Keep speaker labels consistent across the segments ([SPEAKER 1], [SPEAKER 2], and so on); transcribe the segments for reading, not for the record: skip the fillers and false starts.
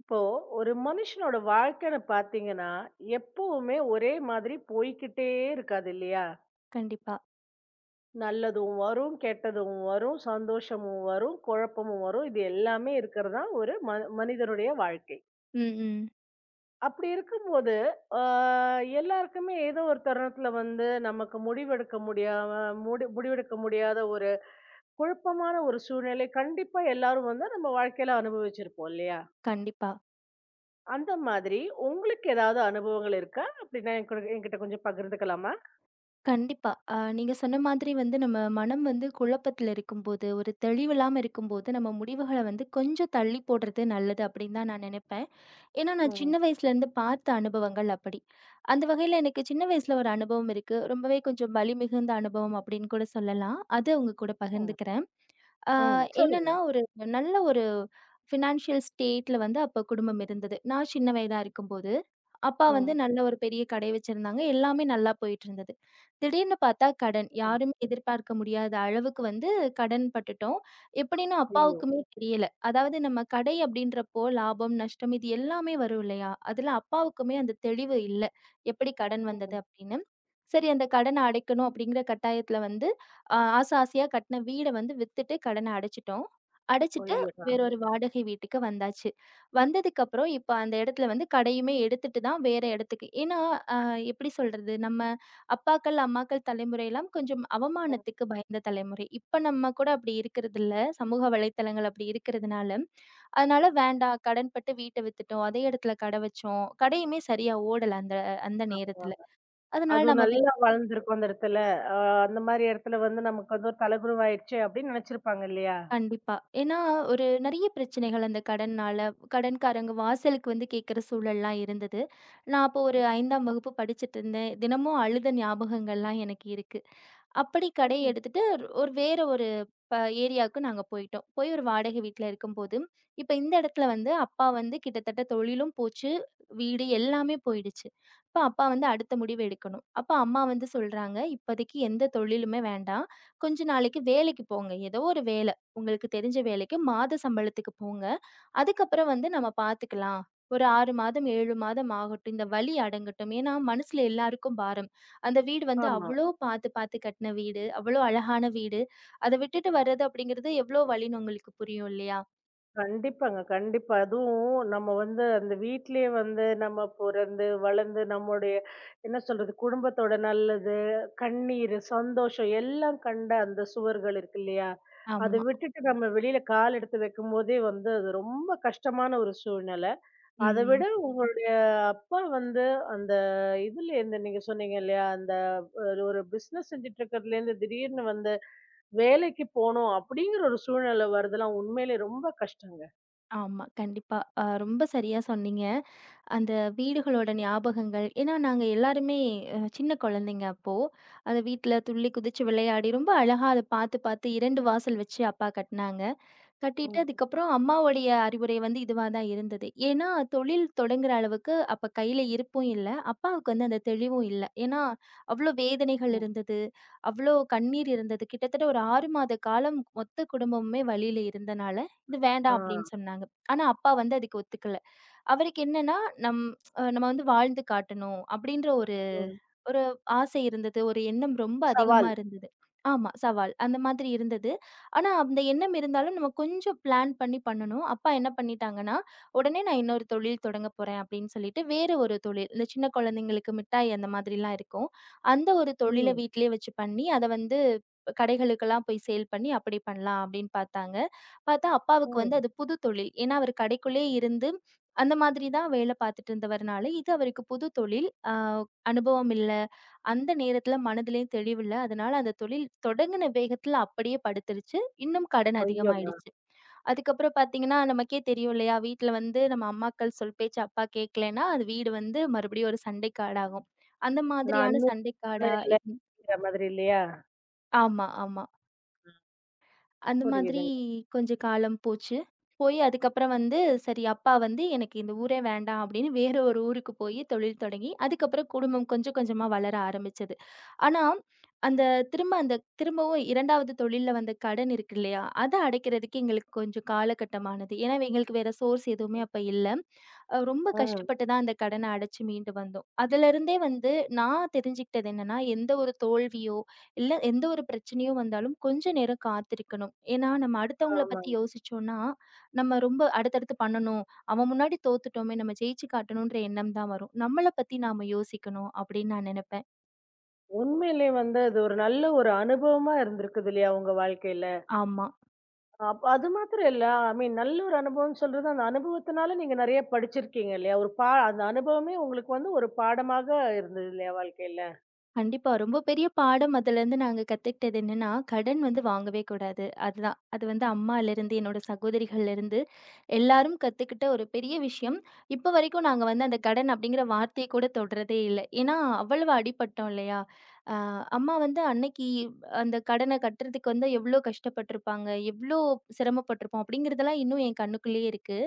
[SPEAKER 1] இப்போ ஒரு மனுஷனோட வாழ்க்கைன்னு பாத்தீங்கன்னா எப்பவுமே ஒரே மாதிரி போய்க்கிட்டே இருக்காது இல்லையா?
[SPEAKER 2] கண்டிப்பா.
[SPEAKER 1] நல்லதும் வரும், கெட்டதும் வரும், சந்தோஷமும் வரும், குழப்பமும் வரும். இது எல்லாமே இருக்கிறது தான் ஒரு மனிதனுடைய வாழ்க்கை.
[SPEAKER 2] ம், ம்.
[SPEAKER 1] அப்படி இருக்கும்போது எல்லாருக்குமே ஏதோ ஒரு தருணத்துல வந்து நமக்கு முடிவெடுக்க முடியாம முடிவெடுக்க முடியாத ஒரு குழப்பமான ஒரு சூழ்நிலை கண்டிப்பா எல்லாரும் வந்து நம்ம வாழ்க்கையில அனுபவிச்சிருப்போம் இல்லையா?
[SPEAKER 2] கண்டிப்பா,
[SPEAKER 1] அந்த மாதிரி உங்களுக்கு ஏதாவது அனுபவங்கள் இருக்கா? அப்படின்னா என் கூட என்கிட்ட கொஞ்சம் பகிர்ந்துக்கலாமா?
[SPEAKER 2] கண்டிப்பா. நீங்க சொன்ன மாதிரி வந்து நம்ம மனம் வந்து குழப்பத்தில இருக்கும்போது, ஒரு தெளிவில்லாம இருக்கும்போது, நம்ம முடிவுகள வந்து கொஞ்சம் தள்ளி போடுறது நல்லது அப்டின்னு தான் நான் நெனைப்பேன். ஏன்னா, நான்
[SPEAKER 1] ம்.
[SPEAKER 2] சின்ன வயசுலேருந்து பார்த்த அனுபவங்கள் அப்படி. அந்த வகையில எனக்கு சின்ன வயசுல ஒரு அனுபவம் இருக்கு. ரொம்பவே கொஞ்சம் வலி மிகுந்த அனுபவம் அப்டின்னு கூட சொல்லலாம். அது உங்க கூட
[SPEAKER 1] ம்.
[SPEAKER 2] பகிர்ந்துக்கிறேன். ஆ
[SPEAKER 1] ம். சொல்லுங்க.
[SPEAKER 2] என்னன்னா, ஒரு நல்ல ஒரு ஃபினான்ஷியல் ஸ்டேட்ல வந்து அப்ப குடும்பம் இருந்தது. நான் சின்ன வயதா இருக்கும்போது. அப்பா வந்து
[SPEAKER 1] ம்.
[SPEAKER 2] நல்ல ஒரு பெரிய கடை வச்சிருந்தாங்க. எல்லாமே நல்லா போயிட்டுருந்தது. திடீர்னு பார்த்தா கடன்.
[SPEAKER 1] ம்.
[SPEAKER 2] யாருமே எதிர்பார்க்க முடியாத அளவுக்கு வந்து கடன் பட்டுட்டோம். எப்படின்னு
[SPEAKER 1] ஐயோ!
[SPEAKER 2] அப்பாவுக்குமே தெரியல. அதாவது நம்ம கடை அப்படின்றப்போ லாபம், நஷ்டம் இது எல்லாமே வரும் இல்லையா? அதுல அப்பாவுக்குமே அந்த தெளிவு இல்ல. எப்படி கடன் வந்தது
[SPEAKER 1] ம்.
[SPEAKER 2] அப்படின்னு. சரி அந்த கடன அடைக்கணும் அப்படிங்கிற கட்டாயத்துல வந்து ஆசை ஆசையா கட்டின வீட வந்து வித்துட்டு கடன அடைச்சுட்டோம். அடைச்சுட்டு
[SPEAKER 1] ஐயடா!
[SPEAKER 2] வேற ஒரு வாடகை வீட்டுக்கு வந்தாச்சு. வந்ததுக்கப்புறம், இப்ப அந்த இடத்துல வந்து கடையுமே எடுத்துட்டு தான் வேற இடத்துக்கு ஏன்னா, அ எப்படி சொல்றது? நம்ம அப்பாக்கள், அம்மாக்கள் தலைமுறைலாம் கொஞ்சம்
[SPEAKER 1] ம்.
[SPEAKER 2] அவமானத்துக்கு பயந்த தலைமுறை. இப்ப நம்ம கூட அப்படி இருக்கிறதில்ல. சமூக வலைத்தளங்கள் அப்படி இருக்கிறதுனால, அதனால வேண்டாம் கடன்பட்டு வீட்ட வித்துட்டோம். அதே இடத்துல கடை வச்சோம். கடையுமே சரியா ஓடல அந்த அந்த
[SPEAKER 1] ஆ.
[SPEAKER 2] நேரத்துல. அதனால
[SPEAKER 1] அதுவும்
[SPEAKER 2] நம்ம
[SPEAKER 1] நல்லா வளர்ந்துருக்கும் அந்த இடத்துல. ஆ, அந்த மாரி இடத்துல வந்து நமக்கு வந்து ஒரு தலைகுனிவாயிடுச்சு அப்படின்னு நினைச்சிருப்பாங்க இல்லையா?
[SPEAKER 2] கண்டிப்பா. ஏன்னா, ஒரு நெறைய பிரச்சனைகள் அந்த கடன்னால, கடன்காரங்க வாசலுக்கு வந்து கேட்கிற சூழல்லாம் இருந்தது. நான் அப்போ ஒரு 5ஆம் வகுப்பு படிச்சுட்டு இருந்தேன். தினமும் அழுத ஞாபகங்கள்லாம் எனக்கு இருக்கு. அப்படி கடைய
[SPEAKER 1] ம்.
[SPEAKER 2] எடுத்துட்டு ஒரு வேற ஒரு ப ஏரியாவுக்கு நாங்க போயிட்டோம். போய் ஒரு வாடகை வீட்ல இருக்கும்போது, இப்ப இந்த இடத்துல வந்து அப்பா வந்து கிட்டத்தட்ட தொழிலும் போச்சு, வீடு எல்லாமே போயிடுச்சு. அப்ப அப்பா வந்து அடுத்த முடிவு எடுக்கணும். அப்ப அம்மா வந்து சொல்றாங்க, "இப்போதைக்கு எந்த தொழிலுமே வேண்டாம். கொஞ்ச நாளைக்கு வேலைக்கு போங்க. ஏதோ ஒரு வேல உங்களுக்கு தெரிஞ்ச வேலைக்கு மாத சம்பளத்துக்கு போங்க. அதுக்கப்புறம் வந்து நம்ம பார்த்துக்கலாம். ஒரு 6 மாதம், 7 மாதம் ஆகட்டும். இந்த வலி அடங்கட்டும். ஏன்னா, மனசுல எல்லாருக்கும் பாரம். அந்த வீடு வந்து
[SPEAKER 1] ஆமா.
[SPEAKER 2] அவ்ளோ பார்த்து பார்த்து கட்டின வீடு. அவ்ளோ அழகான வீடு. அத விட்டுட்டு வர்றது அப்படிங்கிறது எவ்ளோ வலின்னு உங்களுக்கு புரியும் இல்லையா?
[SPEAKER 1] கண்டிப்பாங்க. கண்டிப்பா. அதுவும் நம்ம வந்து அந்த வீட்டிலேயே வந்து நம்ம பொறந்து, வளர்ந்து நம்முடைய என்ன சொல்றது? குடும்பத்தோட நல்லது, கண்ணீரு, சந்தோஷம் எல்லாம் கண்ட அந்த சுவர்கள் இருக்கு இல்லையா? அத
[SPEAKER 2] ஆமா.
[SPEAKER 1] விட்டுட்டு நம்ம வெளியில கால் எடுத்து வைக்கும்போதே வந்து அது ரொம்ப கஷ்டமான ஒரு சூழ்நிலை. அத விட
[SPEAKER 2] ம்.
[SPEAKER 1] உங்களுடைய அப்பா வந்து அந்த இதுலேருந்து நீங்க சொன்னீங்க இல்லையா? அந்த ஒரு ஒரு பிசினஸ் செஞ்சுட்டு இருக்கிறதுலேருந்து திடீர்னு வந்து வேலைக்கு போணும் அப்படிங்கிற ஒரு சூழ்நிலை வருதெல்லாம் உண்மையிலே ரொம்ப கஷ்டங்க.
[SPEAKER 2] ஆமா. கண்டிப்பா. ரொம்ப சரியா சொன்னீங்க. அந்த வீடுகளோட ஞாபகங்கள் ஏன்னா நாங்க எல்லாருமே சின்ன குழந்தைங்க அப்போ. அது வீட்ல துள்ளி குதிச்சு விளையாடி, ரொம்ப அழகா அத பார்த்து பார்த்து 2 வாசல் வச்சு அப்பா கட்டுனாங்க. கட்டிட்டு
[SPEAKER 1] ம்,
[SPEAKER 2] அதுக்கப்புறம் அம்மாவுடைய அறிவுரை வந்து இதுவா தான் இருந்தது. ஏன்னா, தொழில் தொடங்குற அளவுக்கு அப்ப கையில இருப்பும் இல்ல. அப்பாவுக்கு வந்து அந்த தெளிவும் இல்ல. ஏன்னா, அவ்ளோ வேதனைகள்
[SPEAKER 1] ம்.
[SPEAKER 2] இருந்தது. அவ்ளோ கண்ணீர் இருந்தது. கிட்டத்தட்ட ஒரு 6 மாத காலம் மொத்த குடும்பமுமே வலியில இருந்தனால, "இது
[SPEAKER 1] ஆ,
[SPEAKER 2] வேண்டாம்" அப்படின்னு சொன்னாங்க. ஆனா, அப்பா வந்து அதுக்கு ஒத்துக்கல. அவருக்கு என்னன்னா, நம் நம்ம வந்து வாழ்ந்து காட்டணும் அப்படின்ற ஒரு
[SPEAKER 1] ம்.
[SPEAKER 2] ஒரு ஆசை இருந்தது. ஒரு எண்ணம் ரொம்ப அதிகமா
[SPEAKER 1] சவால்.
[SPEAKER 2] இருந்தது. ஆமா. சவால். அந்த மாதிரி இருந்தது. ஆனா, அந்த எண்ணம் இருந்தாலும் நம்ம கொஞ்சம் பிளான் பண்ணி பண்ணணும். அப்பா என்ன பண்ணிட்டாங்கன்னா, "உடனே நான் இன்னொரு தொழில் தொடங்கப் போறேன்" அப்படின்னு சொல்லிட்டு வேற ஒரு தொழில். இந்த சின்ன குழந்தைங்களுக்கு மிட்டாய் அந்த மாதிரிலாம் இருக்கும். அந்த ஒரு தொழில
[SPEAKER 1] ம்,
[SPEAKER 2] வீட்டிலேயே வச்சு பண்ணி, அத வந்து கடைகளுக்கெல்லாம் போய் சேல் பண்ணி அப்படி பண்ணலாம் அப்படின்னு பார்த்தாங்க. பார்த்தா அப்பாவுக்கு
[SPEAKER 1] ம்.
[SPEAKER 2] வந்து அது புது தொழில். ஏன்னா, அவரு கடைக்குள்ளேயே இருந்து அந்த மாதிரி தான் வேல பார்த்துட்டு இருந்தவர்னால, இது அவருக்கு புது தொழில். அனுபவம் இல்ல. அந்த நேரத்துல மனதிலயும் தெளிவில்ல. அதனால அந்த தொழில் தொடங்குன வேகத்துல அப்படியே படுத்துருச்சு. இன்னும் கடன்
[SPEAKER 1] ஐயோடா!
[SPEAKER 2] அதிகமாயிடுச்சு. அதுக்கப்புறம் பார்த்தீங்கன்னா, நமக்கே தெரியும் இல்லையா? வீட்ல வந்து நம்ம அம்மாக்கள் சொல் பேச்சு அப்பா கேட்கலன்னா, அது வீடு வந்து மறுபடியும் ஒரு சண்டைக்கு ஆடாகும். அந்த
[SPEAKER 1] நான்
[SPEAKER 2] மாதிரியான சண்டைக்கு
[SPEAKER 1] அன்னியமான
[SPEAKER 2] ஆடா இரு
[SPEAKER 1] இல்லைங்கிற மாதிரி இல்லையா?
[SPEAKER 2] ஆமா, ஆமா.
[SPEAKER 1] ம்.
[SPEAKER 2] அந்த மாதிரி
[SPEAKER 1] புரியுதுங்க.
[SPEAKER 2] கொஞ்சம் காலம் போச்சு. போய் அதுக்கப்புறம் வந்து, சரி அப்பா வந்து எனக்கு இந்த ஊரே வேண்டாம் அப்படின்னு வேற ஒரு ஊருக்கு போய் தொழில் தொடங்கி, அதுக்கப்புறம் குடும்பம் கொஞ்சம் கொஞ்சமா வளர ஆரம்பிச்சது. ஆனா, அந்த திரும்ப அந்த திரும்பவும் 2வது தொழில்ல வந்த கடன் இருக்கு இல்லையா? அத அடைக்கிறதுக்கு எங்களுக்கு கொஞ்சம் காலகட்டமானது. ஏன்னா எங்களுக்கு வேற சோர்ஸ் எதுவுமே அப்ப இல்ல. ரொம்ப
[SPEAKER 1] ம்.
[SPEAKER 2] கஷ்டப்பட்டு தான் அந்த கடன அடைச்சு மீண்டு வந்தோம். அதுலருந்தே வந்து நான் தெரிஞ்சுக்கிட்டது என்னன்னா, எந்த ஒரு தோல்வியோ இல்ல எந்த ஒரு பிரச்சனையும் வந்தாலும் கொஞ்ச நேரம் காத்திருக்கணும். ஏன்னா, நம்ம அடுத்தவங்கள பத்தி
[SPEAKER 1] ஆமாங்க.
[SPEAKER 2] யோசிச்சோம்னா, நம்ம ரொம்ப அடுத்தடுத்து பண்ணணும். அவன் முன்னாடி தோத்துட்டோமே! நம்ம ஜெயிச்சு காட்டணுன்ற எண்ணம் தான் வரும். நம்மள பத்தி நாம யோசிக்கணும் அப்படின்னு நான் நினைப்பேன்.
[SPEAKER 1] உண்மையிலே வந்து அது ஒரு நல்ல ஒரு அனுபவமா இருந்திருக்குது இல்லையா உங்க வாழ்க்கையில?
[SPEAKER 2] ஆமா.
[SPEAKER 1] அது மாத்திரம் இல்ல, ஐ மீன் நல்ல ஒரு அனுபவம்னு சொல்றது, அந்த அனுபவத்தினால நீங்க நெறைய படிச்சிருக்கீங்க இல்லையா? ஒரு அந்த அனுபவமே உங்களுக்கு வந்து ஒரு பாடமாக இருந்தது இல்லையா வாழ்க்கையில?
[SPEAKER 2] கண்டிப்பா. ரொம்ப பெரிய பாடம் அதுலருந்து நாங்க கத்துக்கிட்டது என்னன்னா, கடன் வந்து வாங்கவே கூடாது. அதுதான். அது வந்து அம்மாலருந்து, என்னோட சகோதரிகள்லருந்து எல்லாரும் கத்துக்கிட்ட ஒரு பெரிய விஷயம். இப்ப வரைக்கும் நாங்க வந்து அந்த கடன் அப்படிங்கிற வார்த்தைய கூட தொடுறதே இல்ல. ஏன்னா, அவ்வளவு அடிபட்டோம் இல்லையா? அ அம்மா வந்து அன்னைக்கு அந்த கடன கட்டுறதுக்கு வந்து எவ்ளோ கஷ்டப்பட்டுருப்பாங்க, எவ்ளோ சிரமப்பட்டுருப்போம் அப்படிங்கிறதெல்லாம் இன்னும் என் கண்ணுக்குள்ளயே இருக்கு.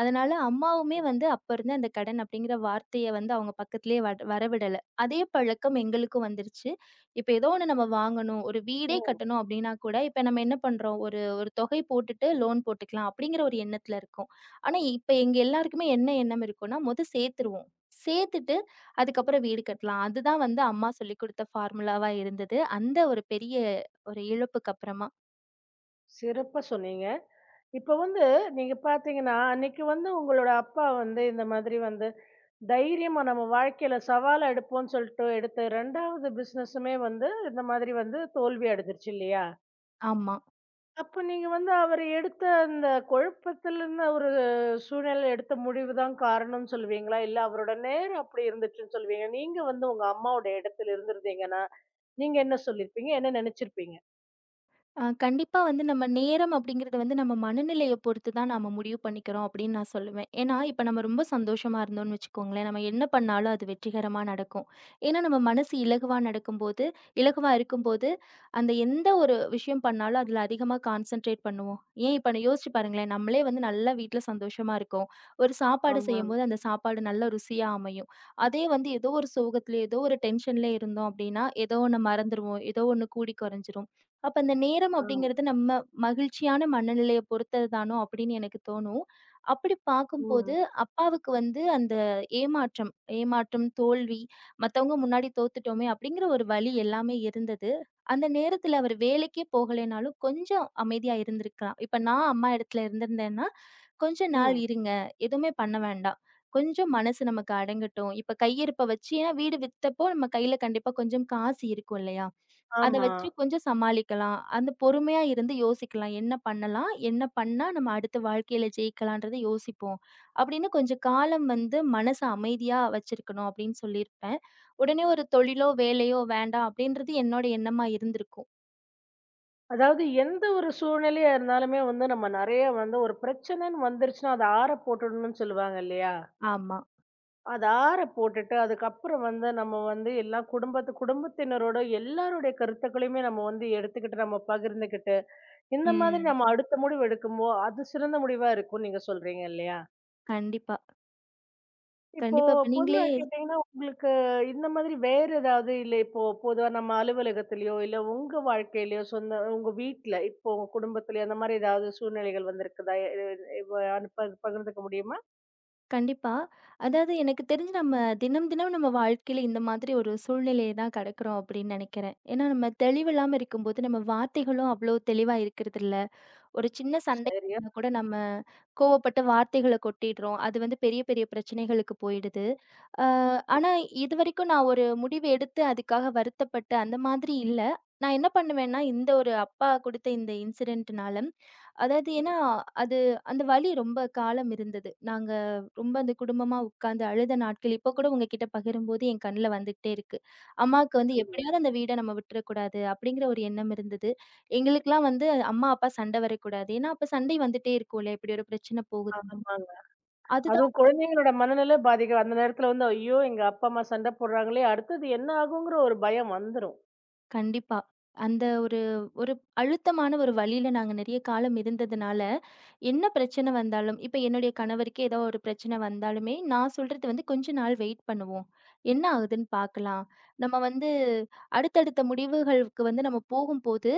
[SPEAKER 2] அதனால அம்மாவுமே வந்து அப்பருந்து அந்த கடன் அப்படிங்கிற வார்த்தைய வந்து அவங்க பக்கத்திலேயே வரவிடல. அதே பழக்கம் எங்களுக்கும் வந்துருச்சு. இப்ப ஏதோ ஒண்ணு நம்ம வாங்கணும், ஒரு வீடே கட்டணும் அப்டின்னா கூட, இப்ப நம்ம என்ன பண்றோம்? ஒரு ஒரு தொகை போட்டுட்டு லோன் போட்டுக்கலாம் அப்டிங்கிற ஒரு எண்ணத்துல இருக்கோம். ஆனா, இப்ப எங்க எல்லாருக்குமே என்ன எண்ணம் இருக்குன்னா, மொத சேத்துருவோம். சேத்துட்டு அதுக்கப்புறம் வீடு கட்டலாம். அதுதான் வந்து அம்மா சொல்லிக் குடுத்த ஃபார்முலாவா இருந்தது. அந்த ஒரு பெரிய ஒரு இழப்புக்கு அப்புறமா.
[SPEAKER 1] சிறப்பா சொன்னீங்க. இப்ப வந்து நீங்க பார்த்தீங்கன்னா, அன்னைக்கு வந்து உங்களோட அப்பா வந்து இந்த மாதிரி வந்து தைரியமா நம்ம வாழ்க்கையில சவாலா எடுப்போம்ன்னு சொல்லிட்டு எடுத்த 2வது பிசினஸுமே வந்து இந்த மாதிரி வந்து தோல்வி அடைஞ்சிருச்சு இல்லையா?
[SPEAKER 2] ஆமா.
[SPEAKER 1] அப்ப நீங்க வந்து அவரு எடுத்த அந்த குழப்பத்துல இருந்த ஒரு சூழ்நிலையில எடுத்த முடிவு தான் காரணம்னு சொல்லுவீங்களா? இல்ல அவரோட நேரம் அப்படி இருந்துச்சுன்னு சொல்லுவீங்க. நீங்க வந்து உங்க அம்மாவோட இடத்துல இருந்திருந்தீங்கன்னா, நீங்க என்ன சொல்லியிருப்பீங்க? என்ன நினைச்சிருப்பீங்க?
[SPEAKER 2] கண்டிப்பா வந்து நம்ம நேரம் அப்படிங்கிறது வந்து நம்ம மனநிலைய பொறுத்து தான் நாம முடிவு பண்ணிக்கிறோம் அப்படின்னு நான் சொல்லுவேன். ஏன்னா, இப்ப நம்ம ரொம்ப சந்தோஷமா இருந்தோம்னு வச்சுக்கோங்களேன், நம்ம என்ன பண்ணாலும் அது வெற்றிகரமா நடக்கும். ஏன்னா நம்ம மனசு இலகுவா நடக்கும்போது இலகுவா இருக்கும்போது, அந்த எந்த ஒரு விஷயம் பண்ணாலும் அதுல அதிகமா கான்சென்ட்ரேட் பண்ணுவோம். ஏன் இப்ப நான் யோசிச்சு பாருங்களேன், நம்மளே வந்து நல்லா வீட்ல சந்தோஷமா இருக்கோம். ஒரு சாப்பாடு
[SPEAKER 1] ஆமா.
[SPEAKER 2] செய்யும்போது அந்த சாப்பாடு நல்ல ருசியா அமையும். அதே வந்து ஏதோ ஒரு சோகத்தில, ஏதோ ஒரு டென்ஷன்ல இருந்தோம் அப்படின்னா, ஏதோ ஒண்ண மறந்துருவோம். ஏதோ ஒண்ணு கூடி குறைஞ்சிரும். அப்ப அந்த நேரம்
[SPEAKER 1] ஆமா.
[SPEAKER 2] அப்படிங்கிறது நம்ம மகிழ்ச்சியான மனநிலைய பொறுத்தது தானோ அப்படின்னு எனக்கு தோணும். அப்படி பார்க்கும்போது,
[SPEAKER 1] ம்.
[SPEAKER 2] அப்பாவுக்கு வந்து அந்த ஏமாற்றம் ஏமாற்றம், தோல்வி, மத்தவங்க முன்னாடி தோத்துட்டோமே அப்படிங்கிற ஒரு வலி எல்லாமே இருந்தது. அந்த நேரத்துல அவர் வேலைக்கே போகலைனாலும் கொஞ்சம் அமைதியா இருந்திருக்கலாம். இப்ப நான் அம்மா இடத்துல இருந்திருந்தேன்னா, "கொஞ்ச நாள்
[SPEAKER 1] ம்.
[SPEAKER 2] இருங்க. எதுவுமே பண்ண வேண்டாம். கொஞ்சம் மனசு நமக்கு அடங்கட்டும்." இப்ப கையிருப்ப வச்சு ஏன்னா வீடு வித்தப்போ நம்ம கையில கண்டிப்பா கொஞ்சம் காசு இருக்கும் இல்லையா? அத
[SPEAKER 1] ஆமா.
[SPEAKER 2] வச்சு கொஞ்சம் சமாளிக்கலாம். அந்த பொறுமையா இருந்து யோசிக்கலாம். என்ன பண்ணலாம்? என்ன பண்ணா நம்ம அடுத்த வாழ்க்கையில ஜெயிக்கலான்றத யோசிப்போம். அப்படின்னு கொஞ்சம் காலம் வந்து மனச அமைதியா வச்சிருக்கணும் அப்படின்னு சொல்லியிருப்பேன். உடனே ஒரு தொழிலோ, வேலையோ வேண்டாம் அப்படின்றது என்னோட எண்ணமா இருந்திருக்கும்.
[SPEAKER 1] அதாவது எந்த ஒரு சூழ்நிலையா இருந்தாலுமே வந்து நம்ம நெறைய வந்து ஒரு பிரச்சனைன்னு வந்துருச்சுன்னா, அத ஆற போட்டுடணும்னு சொல்லுவாங்க இல்லையா?
[SPEAKER 2] ஆமா.
[SPEAKER 1] அத ஆற போட்டுட்டு, அதுக்கப்புறம் வந்து நம்ம வந்து எல்லா குடும்பத்து குடும்பத்தினரோட எல்லாருடைய கருத்துக்களையுமே நம்ம வந்து எடுத்துக்கிட்டு, நம்ம பகிர்ந்துக்கிட்டு, இந்த மாதிரி
[SPEAKER 2] ம்.
[SPEAKER 1] நம்ம அடுத்த முடிவு எடுக்கும்போ, அது சிறந்த முடிவா இருக்கும்னு நீங்க சொல்றீங்க இல்லையா?
[SPEAKER 2] கண்டிப்பா.
[SPEAKER 1] இப்போ
[SPEAKER 2] கண்டிப்பா. இப்ப நீங்களே
[SPEAKER 1] பொதுவா கேட்டீங்கன்னா, உங்களுக்கு இந்த மாதிரி வேற ஏதாவது இல்ல இப்போ பொதுவா நம்ம அலுவலகத்திலயோ, இல்ல உங்க வாழ்க்கையிலயோ, சொந்த உங்க வீட்ல, இப்போ உங்க குடும்பத்திலயோ அந்த மாதிரி ஏதாவது சூழ்நிலைகள் வந்திருக்குதா? இது இவ அனுப்ப பகிர்ந்துக்க முடியுமா?
[SPEAKER 2] கண்டிப்பா. அதாவது எனக்கு தெரிஞ்சு நம்ம தினம் தினம் நம்ம வாழ்க்கையில இந்த மாதிரி ஒரு சூழ்நிலைய தான் கடக்கிறோம் அப்படின்னு நெனைக்கிறேன். ஏன்னா நம்ம தெளிவில்லாம இருக்கும்போது நம்ம வார்த்தைகளும் அவ்வளோ தெளிவா இருக்கிறதில்ல. ஒரு சின்ன சண்டை
[SPEAKER 1] சரியா
[SPEAKER 2] நடந்தா கூட நம்ம கோவப்பட்டு வார்த்தைகள கொட்டிடுறோம். அது வந்து பெரிய பெரிய பிரச்சனைகளுக்கு போயிடுது. அ ஆனா இதுவரைக்கும் நான் ஒரு முடிவு எடுத்து அதுக்காக வருத்தப்பட்டு அந்த மாதிரி இல்ல. நான் என்ன பண்ணுவேன்னா, இந்த ஒரு அப்பா குடுத்த இந்த இன்சிடென்ட்னால, அதாவது ஏன்னா அது அந்த வலி ரொம்ப காலம் இருந்தது. நாங்க ரொம்ப அந்த குடும்பமா உட்கார்ந்து அழுத நாட்கள் இப்போ கூட உங்ககிட்ட பகிரும்போது என் கண்ல வந்துகிட்டே இருக்கு. அம்மாவுக்கு வந்து
[SPEAKER 1] சொன்னீங்க.
[SPEAKER 2] எப்படியாவது அந்த வீட நம்ம விட்டுறக்கூடாது அப்படிங்கிற ஒரு எண்ணம் இருந்தது. எங்களுக்கெல்லாம் வந்து அம்மா, அப்பா சண்டை வரக்கூடாது. ஏன்னா, அப்ப சண்டை வந்துட்டே இருக்கும்ல, இப்படி ஒரு பிரச்சனை போகுது.
[SPEAKER 1] ஆமாங்க.
[SPEAKER 2] அதுதான்
[SPEAKER 1] அதுவும் குழந்தைங்களோட மனநிலை பாதிக்கும். அந்த நேரத்துல வந்து, ஐயோ! எங்க அப்பா, அம்மா சண்டை போடுறாங்களே! அடுத்தது என்ன ஆகுங்கிற ஒரு பயம் வந்துரும்.
[SPEAKER 2] கண்டிப்பா. அந்த ஒரு ஒரு அழுத்தமான ஒரு வழியில நாங்க நெறைய காலம் இருந்ததுனால, என்ன பிரச்சனை வந்தாலும் இப்ப என்னுடைய கணவருக்கே ஏதோ ஒரு பிரச்சனை வந்தாலுமே, நான் சொல்றது வந்து கொஞ்ச நாள் வெயிட் பண்ணுவோம். என்ன ஆகுதுன்னு பார்க்கலாம். நம்ம வந்து அடுத்தடுத்த முடிவுகளுக்கு வந்து நம்ம போகும்போது,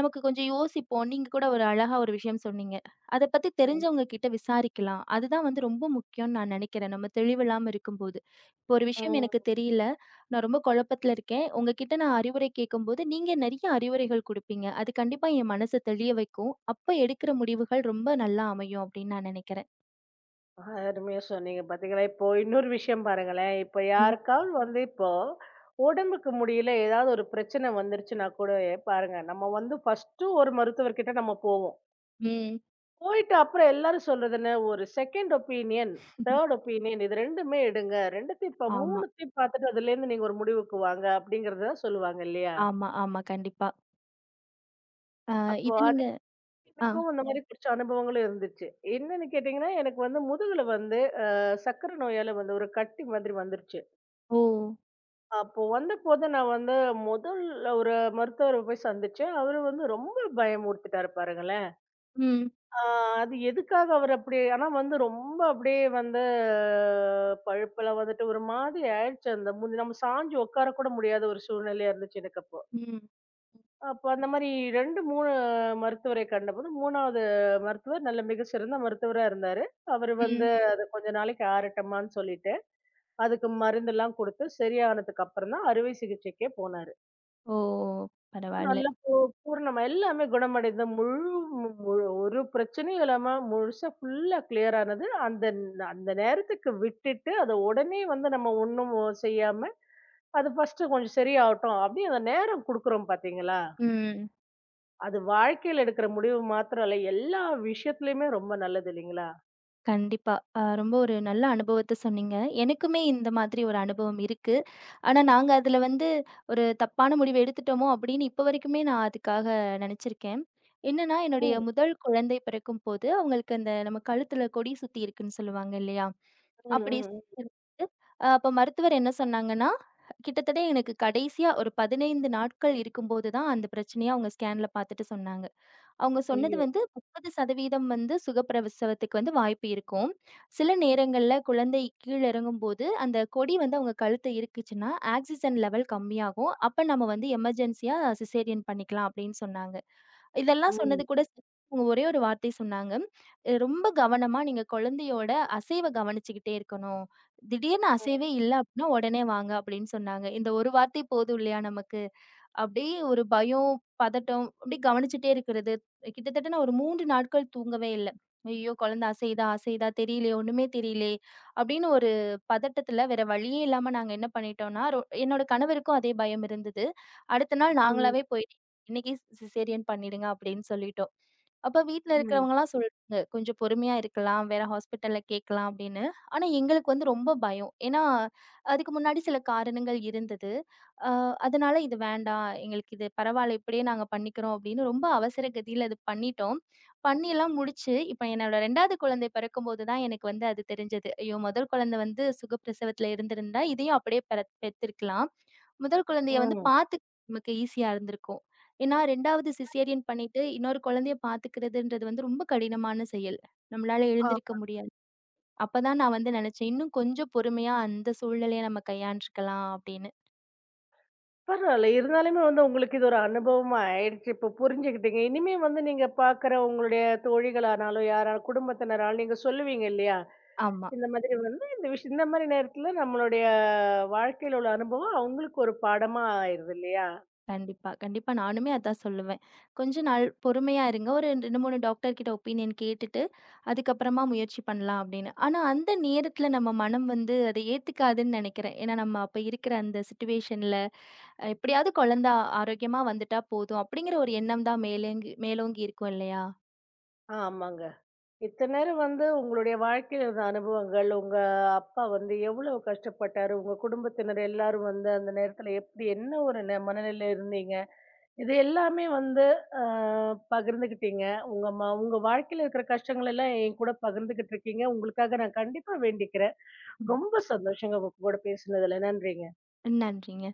[SPEAKER 2] நமக்கு கொஞ்சம் யோசிப்போம். நீங்க கூட ஒரு அழகா ஒரு விஷயம் சொன்னீங்க. அத பத்தி தெரிஞ்சவங்க கிட்ட விசாரிக்கலாம். அதுதான் வந்து ரொம்ப முக்கியம்னு நான் நெனைக்கிறேன். நம்ம தெளிவில்லாம இருக்கும்போது. இப்போ ஒரு விஷயம் எனக்கு
[SPEAKER 1] ம்.
[SPEAKER 2] தெரியல. நான் ரொம்ப குழப்பத்துல இருக்கேன். உங்ககிட்ட நான் அறிவுரை கேட்கும்போது, நீங்க நெறைய அறிவுரைகள் குடுப்பீங்க. அது கண்டிப்பா என் மனச தெளிய வைக்கும். அப்ப எடுக்கிற முடிவுகள் ரொம்ப நல்லா அமையும் அப்படின்னு நான் நெனைக்கிறேன்.
[SPEAKER 1] ஆ, அருமையா சொன்னீங்க பாத்தீங்களா? இப்போ இன்னொரு விஷயம் பாருங்களேன். இப்ப
[SPEAKER 2] ம்,
[SPEAKER 1] யாருக்காவது வந்து இப்போ உடம்புக்கு முடியல ஏதாவது ஒரு பிரச்சனை வந்துருச்சுன்னா கூட பாருங்க, நம்ம வந்து ஃபர்ஸ்ட்டு ஒரு மருத்துவர்கிட்ட நம்ம போவோம்.
[SPEAKER 2] ம்.
[SPEAKER 1] போயிட்டு அப்புறம் எல்லாரும் சொல்றது என்ன, ஒரு செகண்ட் ஒப்பீனியன், தேர்ட் ஒப்பீனியன் இது 2மே எடுங்க. 2த்தையும் இப்ப
[SPEAKER 2] ஆமா,
[SPEAKER 1] 3த்தையும் பாத்துட்டு அதுலேருந்து நீங்க ஒரு முடிவுக்கு வாங்க அப்படிங்கிறத தான் சொல்லுவாங்க இல்லையா?
[SPEAKER 2] ஆமா, ஆமா. கண்டிப்பா. அ
[SPEAKER 1] அப்போ
[SPEAKER 2] இது
[SPEAKER 1] அது
[SPEAKER 2] நீங்க ஆ.
[SPEAKER 1] எனக்கும் அந்த மாதிரி பிடிச்ச அனுபவங்களும் இருந்துச்சு. என்னன்னு கேட்டீங்கன்னா, எனக்கு வந்து முதுகுல வந்து சர்க்கரை நோயால வந்து ஒரு கட்டி மாதிரி வந்துருச்சு.
[SPEAKER 2] ஓ!
[SPEAKER 1] அப்போ வந்தபோது நான் வந்து முதல் ஒரு மருத்துவர போய் சந்திச்சேன். அவரு வந்து ரொம்ப பயமுறுத்திட்டாரு பாருங்களேன்.
[SPEAKER 2] ம்,
[SPEAKER 1] ஆ, அது எதுக்காக அவர் அப்படி ஆனா வந்து ரொம்ப அப்படியே வந்து பழுப்பெல்லாம் வந்துட்டு ஒரு மாதிரி ஆயிடுச்சு. அந்த முந்தி நம்ம சாஞ்சு உட்கார கூட முடியாத ஒரு சூழ்நிலையா இருந்துச்சு எனக்கு அப்போ.
[SPEAKER 2] ம்.
[SPEAKER 1] அப்போ அந்த மாரி 2, 3 மருத்துவரை கண்டபோது 3வது மருத்துவர் நல்ல மிக சிறந்த மருத்துவரா இருந்தாரு. அவரு
[SPEAKER 2] ம்.
[SPEAKER 1] வந்து அது கொஞ்ச நாளைக்கு ஆறட்டுமான்னு சொல்லிட்டு, அதுக்கு மருந்தெல்லாம் குடுத்து சரியானதுக்கு அப்புறம் தான் அறுவை சிகிச்சைக்கே போனாரு.
[SPEAKER 2] ஓ! பரவால்ல.
[SPEAKER 1] நல்லா பூரணமா எல்லாமே குணமடைந்த முழு முழு ஒரு பிரச்சனையும் இல்லாம முழுசா ஃபுல்லா கிளியர் ஆனது அந்த அந்த நேரத்துக்கு விட்டுட்டு அதை உடனே வந்து நம்ம ஒண்ணும் செய்யாம அது ஃபர்ஸ்ட் கொஞ்சம் சரியாகட்டும் அப்படின்னு அந்த நேரம் கொடுக்குறோம் பாத்தீங்களா?
[SPEAKER 2] ம்.
[SPEAKER 1] அது வாழ்க்கையில எடுக்கிற முடிவு மாத்திரம் இல்ல எல்லா விஷயத்துலயுமே ரொம்ப நல்லது இல்லைங்களா?
[SPEAKER 2] கண்டிப்பா. ரொம்ப ஒரு நல்ல அனுபவத்த சொன்னீங்க. எனக்குமே இந்த மாதிரி ஒரு அனுபவம் இருக்கு. ஆனா, நாங்க அதுல வந்து ஒரு தப்பான முடிவு எடுத்துட்டோமோ! அப்படின்னு இப்ப வரைக்குமே நான் அதுக்காக நெனச்சிருக்கேன். என்னன்னா, என்னுடைய
[SPEAKER 1] ம்,
[SPEAKER 2] முதல் குழந்தை பிறக்கும்போது, அவங்களுக்கு அந்த நம்ம கழுத்துல கொடி சுத்தி இருக்குன்னு சொல்லுவாங்க இல்லையா?
[SPEAKER 1] ம்,
[SPEAKER 2] அப்படி
[SPEAKER 1] ம், ம்.
[SPEAKER 2] அப்ப மருத்துவர் என்ன சொன்னாங்கன்னா, கிட்டத்தட்ட எனக்கு கடைசியா ஒரு 15 நாட்கள் இருக்கும்போது தான் அந்த பிரச்சனைய அவங்க ஸ்கேன்ல பாத்துட்டு சொன்னாங்க. அவங்க சொன்னது
[SPEAKER 1] ஐயோ
[SPEAKER 2] வந்து 30% வந்து சுகப்பிரசவத்துக்கு வந்து வாய்ப்பு இருக்கும். சில நேரங்கள்ல குழந்தை கீழ இறங்கும்போது, அந்த கொடி வந்து அவங்க கழுத்த இறுக்குச்சுன்னா, ஆக்ஸிஜன் லெவல் கம்மியாகும். அப்ப நம்ம வந்து எமர்ஜென்சியா சிசேரியன் பண்ணிக்கலாம் அப்படின்னு சொன்னாங்க. இதெல்லாம் சொன்னது
[SPEAKER 1] ம்,
[SPEAKER 2] கூட சரி, அவங்க ஒரே ஒரு வார்த்தை சொன்னாங்க. ரொம்ப கவனமா நீங்க குழந்தையோட அசைவ கவனிச்சுக்கிட்டே இருக்கணும். திடீர்னு அசைவே
[SPEAKER 1] ம்,
[SPEAKER 2] இல்ல அப்படின்னா, உடனே வாங்க" அப்படின்னு சொன்னாங்க. இந்த ஒரு வார்த்தை போதும் இல்லையா நமக்கு? அப்படியே ஒரு பயம், பதட்டம் அப்படியே கவனிச்சுட்டே இருக்கிறது. கிட்டத்தட்ட நான் ஒரு 3 நாட்கள் தூங்கவே இல்ல. ஐயோ! குழந்த அசையுதா, அசையுதா தெரியலயே, ஒண்ணுமே தெரியலயே அப்படின்னு ஒரு பதட்டத்துல வேற வழியே இல்லாம நாங்க என்ன பண்ணிட்டோம்னா, என்னோட கணவருக்கும் அதே பயம் இருந்தது. அடுத்த நாள்
[SPEAKER 1] ம்,
[SPEAKER 2] நாங்களாவே போயிட்டு இன்னைக்கே சிசேரியன் பண்ணிடுங்க அப்படின்னு சொல்லிட்டோம். அப்ப வீட்ல
[SPEAKER 1] ம்.
[SPEAKER 2] இருக்கிறவங்கலாம் சொல்றாங்க, "கொஞ்சம் பொறுமையா இருக்கலாம், வேற ஹாஸ்பிட்டல்ல கேட்கலாம்" அப்படின்னு. ஆனா எங்களுக்கு வந்து ரொம்ப பயம். ஏன்னா, அதுக்கு முன்னாடி சில காரணங்கள் இருந்தது. அ அதனால இது வேண்டாம். எங்களுக்கு இது பரவால்ல. இப்படியே நாங்க பண்ணிக்கிறோம் அப்படின்னு ரொம்ப அவசர கதியில அது பண்ணிட்டோம். பண்ணிலாம் முடிச்சு, இப்ப என்னோட 2வது குழந்தை பிறக்கும்போது தான் எனக்கு வந்து அது தெரிஞ்சது. ஐயோ! முதல் குழந்தை வந்து சுகப்பிரசவத்துல இருந்திருந்தா, இதையும் அப்படியே பெத்திருக்கலாம். முதல் குழந்தைய வந்து
[SPEAKER 1] ம்.
[SPEAKER 2] பார்த்துக்க நமக்கு ஈஸியா இருந்திருக்கும். ஏன்னா 2வது சிசேரியன் பண்ணிட்டு, இன்னொரு குழந்தைய பார்த்துக்கிறதுன்றது வந்து ரொம்ப கடினமான செயல். நம்மளால எழுந்திருக்க முடியாது. அப்பதான் நான் வந்து நினைச்சேன், இன்னும் கொஞ்சம் பொறுமையா அந்த சூழ்நிலைய நம்ம கையாண்டுருக்கலாம் அப்படின்னு.
[SPEAKER 1] பரவால்ல. இருந்தாலுமே வந்து உங்களுக்கு இது ஒரு அனுபவமா ஆயிடுச்சு. இப்போ புரிஞ்சுக்கிட்டீங்க. இனிமே வந்து நீங்க பார்க்குற உங்களுடைய தோழிகளானாலும், யாரா குடும்பத்தினராலும் நீங்க சொல்லுவீங்க இல்லையா?
[SPEAKER 2] ஆமா.
[SPEAKER 1] இந்த மாதிரி வந்து இந்த விஷயம் இந்த மாரி நேரத்தில நம்மளுடைய வாழ்க்கையில உள்ள அனுபவம் அவங்களுக்கு ஒரு பாடமா ஆயிருது இல்லையா?
[SPEAKER 2] கண்டிப்பா, கண்டிப்பா. நானுமே அதான் சொல்லுவேன். கொஞ்ச நாள் பொறுமையா இருங்க. ஒரு 2, 3 டாக்டர் கிட்ட ஒப்பீனியன் கேட்டுட்டு, அதுக்கப்புறமா முயற்சி பண்ணலாம் அப்படின்னு. ஆனா அந்த நேரத்துல நம்ம மனம் வந்து அத ஏத்துக்காதுன்னு நெனைக்கிறேன். ஏன்னா நம்ம அப்ப இருக்கிற அந்த சிச்சுவேஷன்ல எப்படியாவது குழந்த ஆரோக்கியமா வந்துட்டா போதும் அப்படிங்கிற ஒரு எண்ணம் தான் மேலோங்கி இருக்கும் இல்லையா?
[SPEAKER 1] ஆமாங்க. இத்தன நேரம் வந்து உங்களுடைய வாழ்க்கையில இருந்த அனுபவங்கள், உங்க அப்பா வந்து எவ்வளவு கஷ்டப்பட்டாரு? உங்க குடும்பத்தினர் எல்லாரும் வந்து அந்த நேரத்துல எப்படி என்ன ஒரு மனநிலையில இருந்தீங்க? இது எல்லாமே வந்து அ பகிர்ந்துக்கிட்டீங்க. உங்க உங்க வாழ்க்கையில இருக்கிற கஷ்டங்கள் எல்லாம் என் கூட பகிர்ந்துகிட்டு இருக்கீங்க. உங்களுக்காக நான் கண்டிப்பா வேண்டிக்கிறேன்.
[SPEAKER 2] ம்.
[SPEAKER 1] ரொம்ப சந்தோஷங்க உங்க கூட பேசினதுல. நன்றிங்க.
[SPEAKER 2] நன்றிங்க.